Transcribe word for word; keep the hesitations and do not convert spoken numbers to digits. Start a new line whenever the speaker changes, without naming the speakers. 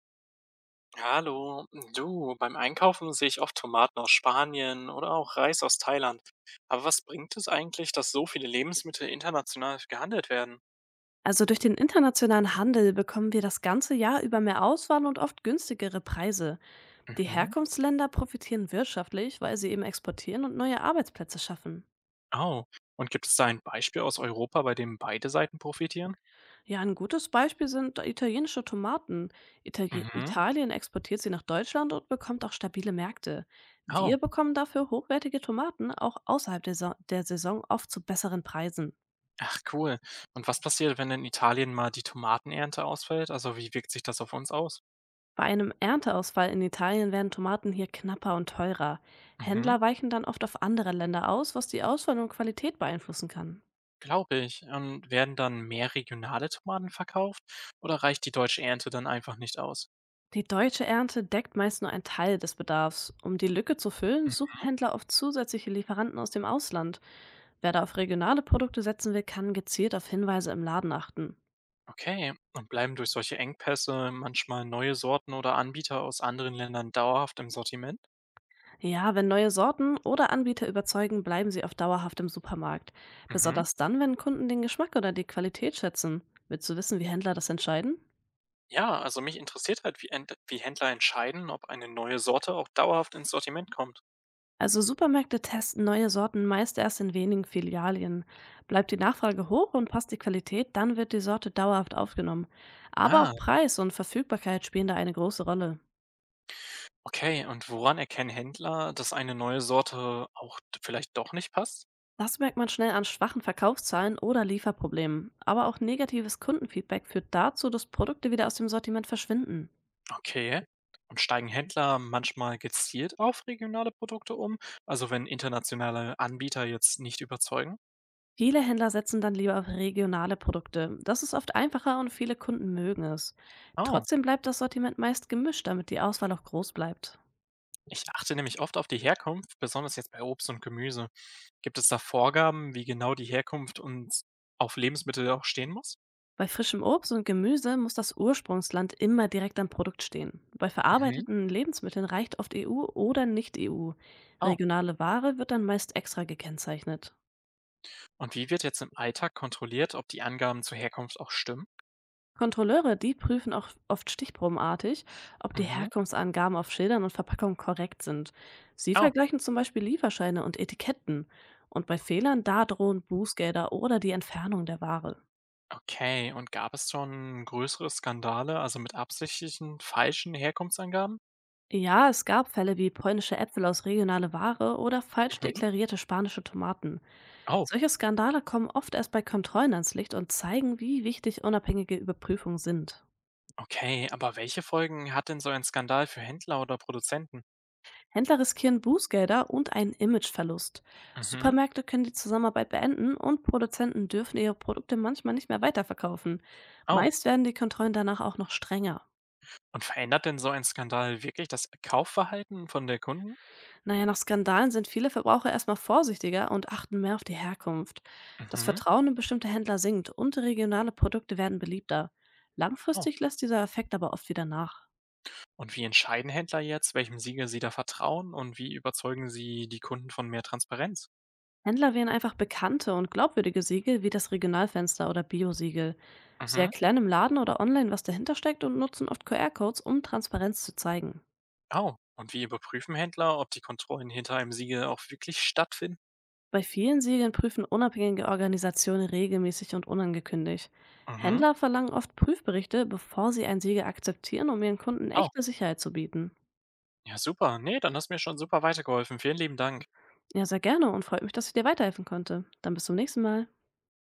Hallo, du, beim Einkaufen sehe ich oft Tomaten aus Spanien oder auch Reis aus Thailand. Aber was bringt es eigentlich, dass so viele Lebensmittel international gehandelt werden?
Also durch den internationalen Handel bekommen wir das ganze Jahr über mehr Auswahl und oft günstigere Preise. Die
Mhm.
Herkunftsländer profitieren wirtschaftlich, weil sie eben exportieren und neue Arbeitsplätze schaffen.
Oh. Und gibt es da ein Beispiel aus Europa, bei dem beide Seiten profitieren?
Ja, ein gutes Beispiel sind italienische Tomaten. Itali
Mhm.
Italien exportiert sie nach Deutschland und bekommt auch stabile Märkte.
Oh.
Wir bekommen dafür hochwertige Tomaten auch außerhalb der, Sa der Saison oft zu besseren Preisen.
Ach cool. Und was passiert, wenn in Italien mal die Tomatenernte ausfällt? Also wie wirkt sich das auf uns aus?
Bei einem Ernteausfall in Italien werden Tomaten hier knapper und teurer.
Mhm.
Händler weichen dann oft auf andere Länder aus, was die Auswahl und Qualität beeinflussen kann.
Glaube ich. Und werden dann mehr regionale Tomaten verkauft? Oder reicht die deutsche Ernte dann einfach nicht aus?
Die deutsche Ernte deckt meist nur einen Teil des Bedarfs. Um die Lücke zu füllen, suchen Händler oft zusätzliche Lieferanten aus dem Ausland. Wer da auf regionale Produkte setzen will, kann gezielt auf Hinweise im Laden achten.
Okay, und bleiben durch solche Engpässe manchmal neue Sorten oder Anbieter aus anderen Ländern dauerhaft im Sortiment?
Ja, wenn neue Sorten oder Anbieter überzeugen, bleiben sie oft dauerhaft im Supermarkt.
Mhm.
Besonders dann, wenn Kunden den Geschmack oder die Qualität schätzen. Willst du wissen, wie Händler das entscheiden?
Ja, also mich interessiert halt, wie, Ent- wie Händler entscheiden, ob eine neue Sorte auch dauerhaft ins Sortiment kommt.
Also Supermärkte testen neue Sorten meist erst in wenigen Filialien. Bleibt die Nachfrage hoch und passt die Qualität, dann wird die Sorte dauerhaft aufgenommen. Aber
Ah,
auch Preis und Verfügbarkeit spielen da eine große Rolle.
okay, und woran erkennen Händler, dass eine neue Sorte auch d- vielleicht doch nicht passt?
Das merkt man schnell an schwachen Verkaufszahlen oder Lieferproblemen. Aber auch negatives Kundenfeedback führt dazu, dass Produkte wieder aus dem Sortiment verschwinden.
Okay. Und steigen Händler manchmal gezielt auf regionale Produkte um, also wenn internationale Anbieter jetzt nicht überzeugen?
Viele Händler setzen dann lieber auf regionale Produkte. Das ist oft einfacher und viele Kunden mögen es.
Oh.
Trotzdem bleibt das Sortiment meist gemischt, damit die Auswahl auch groß bleibt.
Ich achte nämlich oft auf die Herkunft, besonders jetzt bei Obst und Gemüse. Gibt es da Vorgaben, wie genau die Herkunft und auf Lebensmittel auch stehen muss?
Bei frischem Obst und Gemüse muss das Ursprungsland immer direkt am Produkt stehen. Bei
Mhm.
verarbeiteten Lebensmitteln reicht oft E U oder nicht E U.
Oh,
Regionale Ware wird dann meist extra gekennzeichnet.
und wie wird jetzt im Alltag kontrolliert, ob die Angaben zur Herkunft auch stimmen?
Kontrolleure, die prüfen auch oft stichprobenartig, ob die
Mhm.
Herkunftsangaben auf Schildern und Verpackungen korrekt sind. Sie
Oh,
vergleichen zum Beispiel Lieferscheine und Etiketten. Und bei Fehlern, da drohen Bußgelder oder die Entfernung der Ware.
okay. Und gab es schon größere Skandale, also mit absichtlichen falschen Herkunftsangaben?
Ja, es gab Fälle wie polnische Äpfel aus regionale Ware oder falsch
Mhm.
deklarierte spanische Tomaten.
Oh,
Solche Skandale kommen oft erst bei Kontrollen ans Licht und zeigen, wie wichtig unabhängige Überprüfungen sind.
okay. Aber welche Folgen hat denn so ein Skandal für Händler oder Produzenten?
Händler riskieren Bußgelder und einen Imageverlust.
Mhm.
Supermärkte können die Zusammenarbeit beenden und Produzenten dürfen ihre Produkte manchmal nicht mehr weiterverkaufen.
Oh,
Meist werden die Kontrollen danach auch noch strenger.
und verändert denn so ein Skandal wirklich das Kaufverhalten von der Kunden?
Naja, nach Skandalen sind viele Verbraucher erstmal vorsichtiger und achten mehr auf die Herkunft. Das
Mhm.
Vertrauen in bestimmte Händler sinkt und regionale Produkte werden beliebter.
Oh.
Langfristig lässt dieser Effekt aber oft wieder nach.
Und wie entscheiden Händler jetzt, welchem Siegel sie da vertrauen und wie überzeugen sie die Kunden von mehr Transparenz?
Händler wählen einfach bekannte und glaubwürdige Siegel wie das Regionalfenster oder Biosiegel. Sie
Mhm.
erklären im Laden oder online, was dahinter steckt und nutzen oft Q R-Codes, um Transparenz zu zeigen.
Oh. Und wie überprüfen Händler, ob die Kontrollen hinter einem Siegel auch wirklich stattfinden?
Bei vielen Serien prüfen unabhängige Organisationen regelmäßig und unangekündigt.
Mhm.
Händler verlangen oft Prüfberichte, bevor sie ein Siegel akzeptieren, um ihren Kunden
Oh.
echte Sicherheit zu bieten.
Ja, super. Nee, dann hast du mir schon super weitergeholfen. Vielen lieben Dank.
Ja, sehr gerne und freut mich, dass ich dir weiterhelfen konnte. Dann bis zum nächsten Mal.